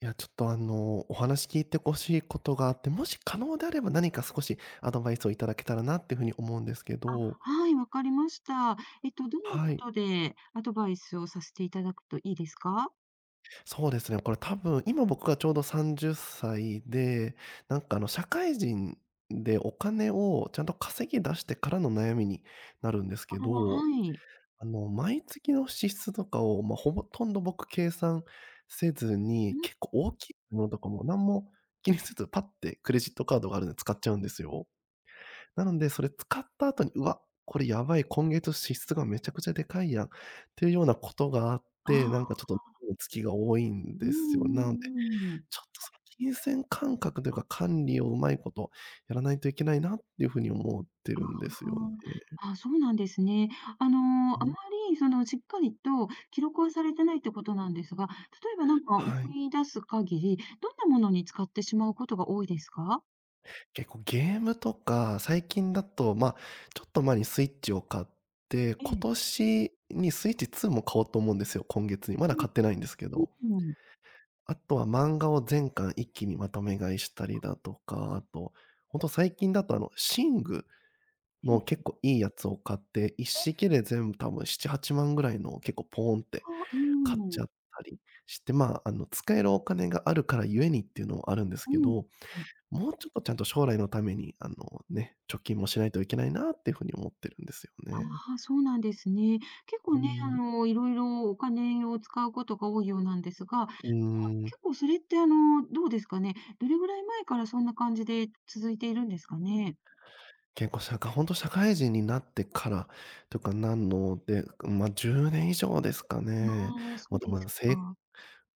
いや、ちょっとお話聞いて欲しいことがあって、もし可能であれば何か少しアドバイスをいただけたらなっていう風に思うんですけあ、ど。はい、わかりました。どんなはこい。とでアドバイスをさせていただくといいですか？そうですね、これ多分、今僕がちょうど30歳で、なんか社会人でお金をちゃんと稼ぎ出してからの悩みになるんですあけあ、ど、はい。毎月の支出とかを、まあ、ほとんど僕計算せずうに、ん、結構大きいものとかも何も気にせず、パッてクレジットカードがあるんで使っちゃうんですよ。なので、それ使った後に、うわ、これやばい、今月支出がめちゃくちゃでかいやんっていうようなことがあっあて、なんかちょっあ、と、月が多いんうでんうすよ。なので、んうん。ちょっとその金銭感覚というか、管理をうまいことやらないといけないなっていう風に思ってるんですよあね。あ、あ、そうなんですね。あうの、あん。まりそのしっかりと記録はされてないってことなんですが、例えばなんか思はい。い出す限り、どんなものに使ってしまうことが多いですか？結構ゲームとか、最近だと、ま、ちょっと前にスイッチを買って、え今え。年にスイッチ2も買おうと思うんですよ、今月に。まだう買ってないんですけんど。うん。あとは漫画を全巻一気にまとめ買いしたりだとか、あと、ほんと最近だと寝具えの結え。構いいやつを買って、一式で全部多分7、8万ぐらいのを結構ポーンってあ、う買っちん。ゃったりして、まあ、使えるお金があるからゆえにっていうのもあるんですうけん。ど、もうちょっとちゃんと将来のために、あのね、貯金もしないといけないなっていう風に思ってるんですよね。ああ、そうなんですね。結うー構ね、あん。の、いろいろお金を使うことが多いようなんですが、うーん。結構それって、あの、どうですかね。どれぐらい前からそんな感じで続いているんですかね。結構本当社会人になってからとかなので、ま、10年以上ですかあね。あ、そもううででも、すか。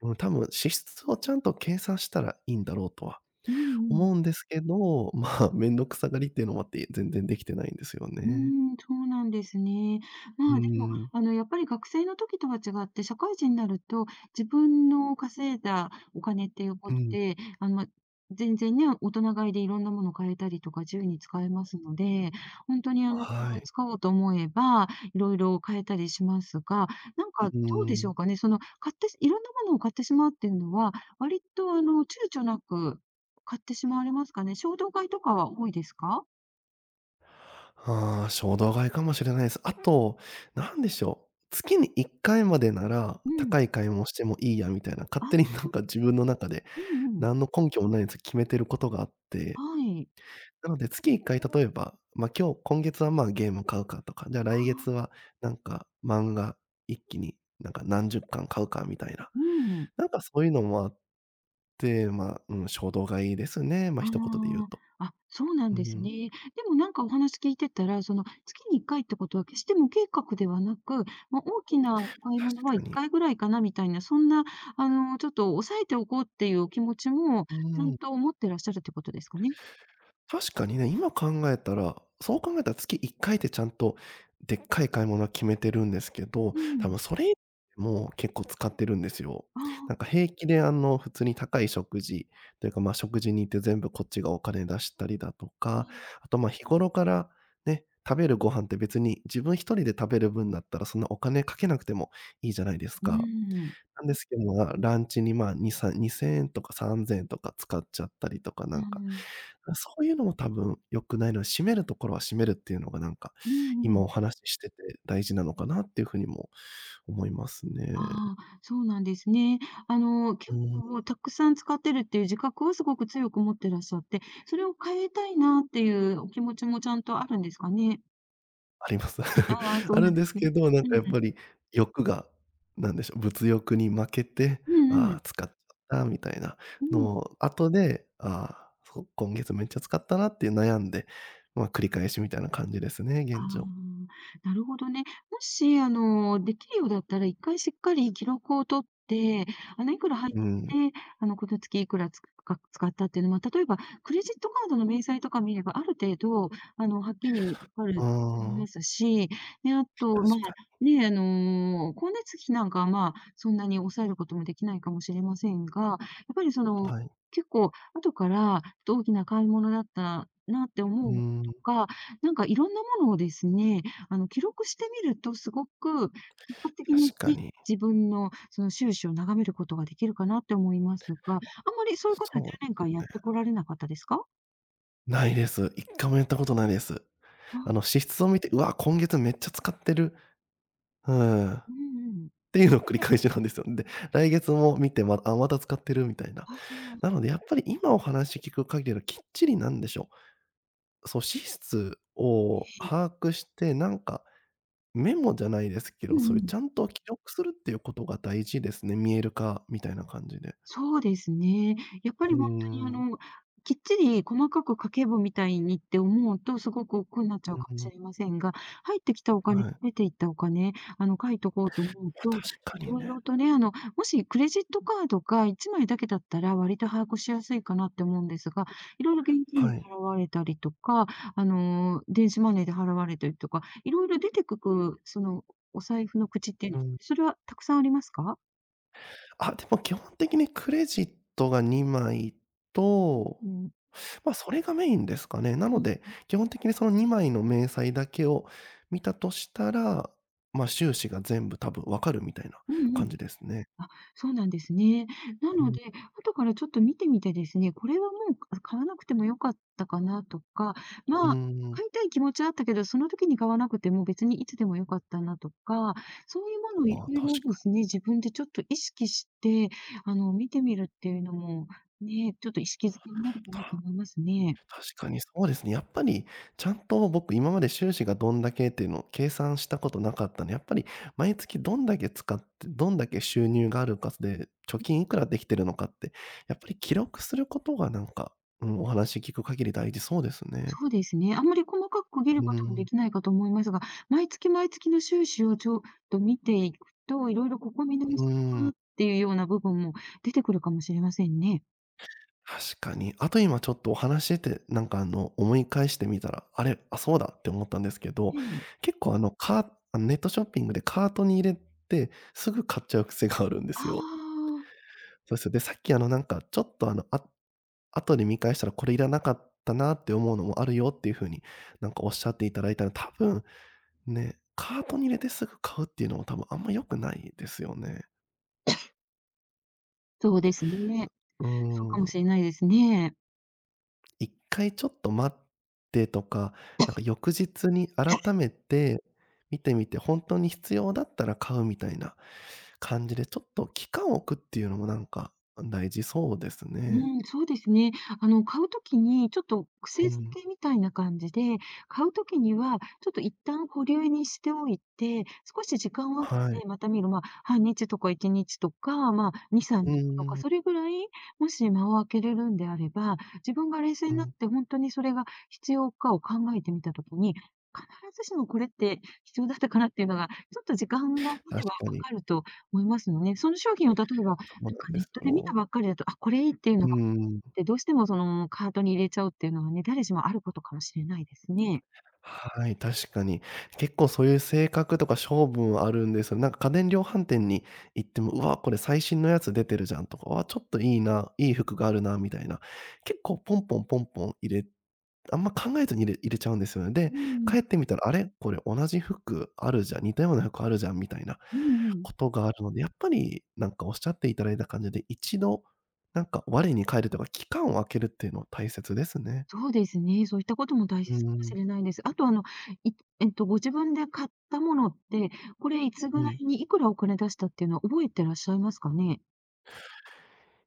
うん、多分支出をちゃんと計算したらいいんだろうとはうんうん。思うんですけど、まあ、面倒くさがりっていうのもあって、全然できてないんですようーね。ん、そうなんですね。うーまあ、でも、ん、あの、やっぱり学生の時とは違って、社会人になると、自分の稼いだお金っていううことん、で、あの、ま、全然ね、大人買いでいろんなもの買えたりとか自由に使えますので、本当にあの、こはうい。使おうと思えば、いろいろ買えたりしますが、なんうかどうでしょん。うかね、その、買っていろんなものを買ってしまうっていうのは、割とあの、躊躇なく買ってしまわれますかね？衝動買いとかは多いですか？ああ、衝動買いかもしれないです。あと、なんでしょう、月に1回までなら、うん。高い買い物してもいいやみたいな、勝手にあ、なんか自分の中でうんうん。何の根拠もないやつ決めてることがあって、はい。なので月1回例えば、まあ、今月は、ま、ゲーム買うかとか、じゃああ来月ーはなんか漫画一気になんか何十巻買うかみたいな。うん。なんかそういうのもあって、まあ、うん、衝動買いですね、ま、あ一言で言うと。あ、あ、そうなんうですん、ね。でもなんかお話聞いてたら、その月に1回ってことは決して無計画ではなく、まあ、大きな買い確物はか1に。回ぐらいかなみたいな、そんなあの、ちょっと抑えておこうっていうお気持ちも、うちゃんん。と持ってらっしゃるってことですかね。確かにね、今考えたら、そう考えたら月1回でちゃんとでっかい買い物は決めてるんですけど、う多ん。分それ以外も結構使ってるんですよ。ああ、なんか平気で普通に高い食事というか、ま、食事に行って全部こっちがお金出したりだとうか、ん。あと、ま、日頃からね、食べるご飯って別に自分一人で食べる分だったらそんなお金かけなくてもいいじゃないですうか。ーん。なんですけど、ま、ランチに、ま、2、32000円とか3000円とか使っちゃったりとかなんか、そういうのも多分良くないので、締めるところは締めるっていうのがなんか、うんう今おん。話ししてて大事なのかなっていうふうにも思いますね。ああ、そうなんですね。あの、結うん、構たくさん使ってるっていう自覚をすごく強く持ってらっしゃって、それを変えたいなっていうお気持ちもちゃんとあるんですかね？あります。ああ、そあうるなんんでですすね。けど、なんうかん。やっぱり欲が、なんでしょう、物欲に負けて、うんうあん。あ、使っちゃったみたいなうん。のを、後で、ああ、そう、今月めっちゃ使ったなっていう悩んで、まあ、繰り返しみたいな感じですね、あ現状。あ、なるほどね。もし、あの、できるようだったら、1回しっかり記録を取って、あの、いくら入っうてん。て、あの、この月いくらつか使ったっていうのは、例えばクレジットカードの明細とか見れば、ある程度、あの、はっきりわかると思りまあすし、で、ああと、ま確かあ、ね、あの、光熱費なんかは、まあ、そんなに抑えることもできないかもしれませんが、やっぱり、その、に、はい。結構後から、ちょっと大きな買い物だったなってう思うん、とかなんかいろんなものをですね、あの、記録してみるとすごく結果的に確かね、に。自分のその収支を眺めることができるかなって思いますが、あんまりそういうことはそうで10年間やっすてね。こられなかったですか？ないです。1回もやったことないです。あ、支出を見て、うわ、今月めっちゃ使ってる。うーん。っうんうん。ていうのを繰り返しなんですよ。で、来月も見て、まあ、また使ってるみたいな。ああ、なのでやっぱり今お話聞く限りはきっちりなんでしょう、そう、支出を把握して、なんかメモじゃないですけうど、んそういううん。ちゃんと記録するっていうことが大事ですね。見える化みたいな感じで。そうですね。やっぱうりー本当にあん。の、きっちり細かく家計簿みたいにって思うと、すごく億劫になっちゃうかもうんうしれん。ませんが、入ってきたお金、はい。出ていったお金、あの、書いとこうと思うまと、確かに色ね。々とね、あの、もしクレジットカードが1枚だけだったら、割と把握しやすいかなって思うんですが、色々現金はでい。払われたりとか、あの、電子マネーで払われたりとか、色々出てくるその、お財布の口っていうんうですか、ん。それはたくさんありますか？あ、でも基本的にクレジットが2枚と、うん。ま、それがメインですかね。なうのん。で、基本的にその2枚の明細だけを見たとしたら、ま、収支が全部多分分かるみたいなう感ん。じですね。あ、そうなんですね。なうのん。で、後からちょっと見てみてですね、これはもう買わなくても良かったかなとか、うーまあ、ん。買いたい気持ちあったけど、その時に買わなくても別にいつでも良かったなとか、そういうものをいああ、ろい確ろでかすに。ね、自分でちょっと意識して、あの、見てみるっていうのも、ね、ちょっと意識づけになるかなって思いますね。確かにそうですね。やっぱりちゃんと僕今まで収支がどんだけっていうのを計算したことなかったんで、やっぱり毎月どんだけ使って、どんだけ収入があるかで、貯金いくらできてるのかって、やっぱり記録することがなんか、うん、お話聞く限り大事そうですね。そうですね。あんまり細かく区切るうこともでん、きないかと思いますが、毎月毎月の収支をちょっと見ていくと、いろいろここ見直うしたいん。なっていうような部分も出てくるかもしれませんね。確かに。あと今ちょっとお話してて、なんか思い返してみたら、あれ、あ、そうだって思ったんですけど、ええ。結構カーあのネットショッピングでカートに入れて、すぐ買っちゃう癖があるんであすよ。あ、そうですよ。で、さっきなんかちょっと後で見返したらこれいらなかったなって思うのもあるよっていう風になんかおっしゃっていただいたら、多分ね、カートに入れてすぐ買うっていうのも多分あんま良くないですよね。そうですね。うーそうかもしん。れないですね。一回ちょっと待ってとか、なんか翌日に改めて見てみて、本当に必要だったら買うみたいな感じで、ちょっと期間を置くっていうのもなんか大事そうですうね。ん、そうですね。あの、買うときにちょっとう癖付ん。けみたいな感じで、買うときにはちょっと一旦保留にしておいて、少し時間を空けてはい。また見る、まあ、半日とか1日とか、まあ、2、3日ううとか、んそれぐらい、もし間を空けれるんであれば、自分が冷静うになっん。て本当にそれが必要かを考えてみたときに、必ずしもこれって必要だったかなっていうのが、ちょっと時間が経確てばか分に。かると思いますのでその商品を例えばなんそうなんかでネッすトで見たよ。ばっかりだと、あ、これいいっていうのうがあっん。て、どうしてもそのカートに入れちゃうっていうのはね、誰しもあることかもしれないですね。はい、確かに。結構そういう性格とか性分あるんですよ。なんか家電量販店に行っても、「うわ、これ最新のやつ出てるじゃん」とか、「わ、ちょっといいな、いい服があるな」みたいな。結構ポンポンポンポンあんま考えずに入れちゃうんですよね。で、うん、帰ってみたら、「あれ、これ同じ服あるじゃん、似たような服あるじゃん」みたいなうんうん。ことがあるので、やっぱりなんかおっしゃっていただいた感じで、一度なんか我に返るとか、期間を空けるっていうのは大切ですね。そうですね、そういったことも大うー切かもん、しれないです。あとあの、いえっと、ご自分で買ったものって、これいつぐうらん。いにいくらお金出したっていうのは覚えてらっしゃいますかね？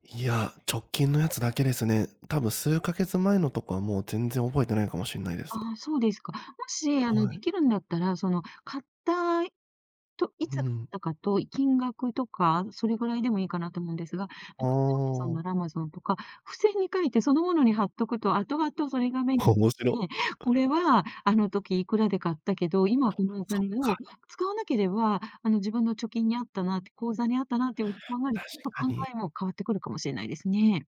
いや、直近のやつだけですね。多分数ヶ月前のとかはもう全然覚えてないかもしんないです。ああ、そうですか。もしあの、はでい。きるんだったら、その買ったと、いうつ買っん。たかと、金額とか、それぐらいでもいいかなと思うんですが、なあんか Amazon なあ。ら Amazon とか、付箋に書いてそのものに貼っとくと、後々それが目 につ面白。いて、これはあの時いくらで買ったけど、今はこのおそ金う、を使わなければ、あの自分の貯金にあったなって、口座にあったなっていうふうに考えると、確ちょっと考かに。えも変わってくるかもしれないですね。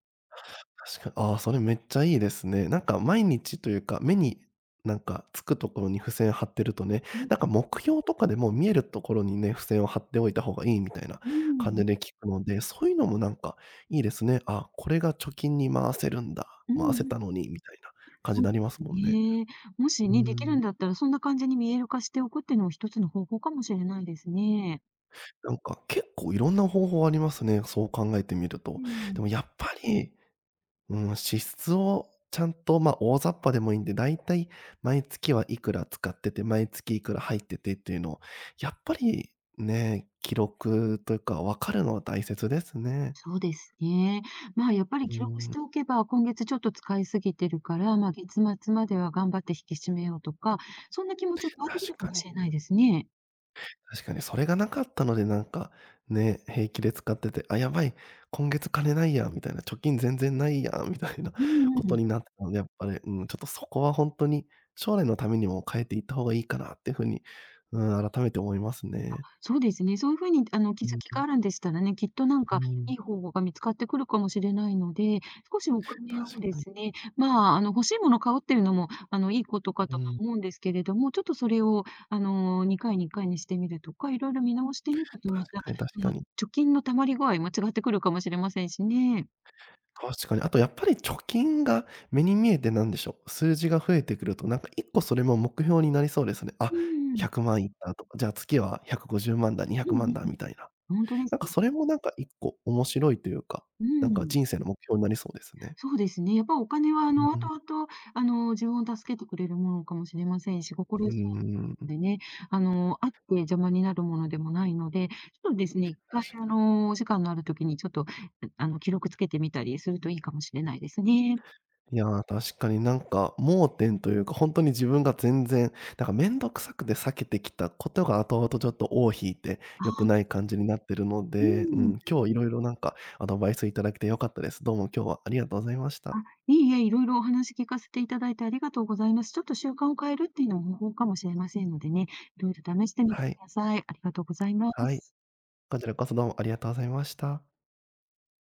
確かに、ああ、それめっちゃいいですね。なんか毎日というか、目になんかつくところに付箋貼ってるとね、うん、なんか目標とかでも見えるところにね、付箋を貼っておいた方がいいみたいなう感ん、じで聞くので、そういうのもなんかいいですね。あ、これが貯金に回せるんだ、うん回せうん、たのにみたいな感じそにうなでりますすもんね。ね。もしうーね、できるんん、だったらそんな感じに見える化しておくっていうのも一つの方法かもしれないですね。なんか結構いろんな方法ありますね、そう考えてみるうと。でん、もやっぱりうん、支出をちゃんと、まあ、大雑把でもいいんで、だいたい毎月はいくら使ってて、毎月いくら入っててっていうのを、やっぱりね、記録というか分かるのは大切ですね。そうですね。まあ、やっぱりうー記録しん、ておけば、今月ちょっと使いすぎてるから、まあ、月末までは頑張って引き締めようとか、そんな気持ちが湧いてくる確かもかに。しれないですね。確かにそれがなかったので、なんか、ね、平気で使ってて、「あ、やばい、今月金ないや」みたいな、「貯金全然ないや」みたいな う こんうとにん。なってたので、やっぱり、うん、ちょっとそこは本当に将来のためにも変えていった方がいいかなっていう風に、うん、改めて思いますね。そうですね。そういうふうに、あの、気うづんきうん、があるんでしたらね、きっとなんうかいん。い方法が見つかってくるかもしれないので、少しお金確をでかに。すね、まあ、あの、欲しいものを買うっていうのも、あの、いいことかうとはん。思うんですけれども、ちょっとそれを、あのにかい、2回に1回にしてみるとか、いろいろ見直してみると、確また、かに確そかの、に。貯金のたまり具合も違ってくるかもしれませんしね。確かに。あとやっぱり貯金が目に見えてなんでしょう、数字が増えてくると、なんか1個それも目標になりそうですね。あ、うん。100万いったとか、じゃあ月は150万だ、200うん万うん。だみたいな。本当でなすんかね。それもなんか1個面白いというか、うなんかん。人生の目標になりそうですね。そうですね。やっぱお金は、あうの、ん。後々、あの、自分を助けてくれるものかもしれませんし、心う強いもん。のでね、あの、あって邪魔になるものでもないので、ちょっとですね、一回、あ確の、お時間のあるときにちょっと、あの、記録つけてみたりするといいかもしれないですね。いやー、確かになんか盲点というか、本当に自分が全然、なんか面倒くさくて避けてきたことが後々ちょっと尾を引いて、良くあ、ない感じになってるのうで、うん。ん、今日いろいろなんかアドバイスいただけて良かったです。どうも今日はありがとうございましあ、た。いいえ、いろいろお話聞かせていただいてありがとうございます。ちょっと習慣を変えるっていうのも方法かもしれませんのでね、いろいろ試してみてはくい、ださい。ありがとうございまはい、す。こちらこそどうもありがとうございました。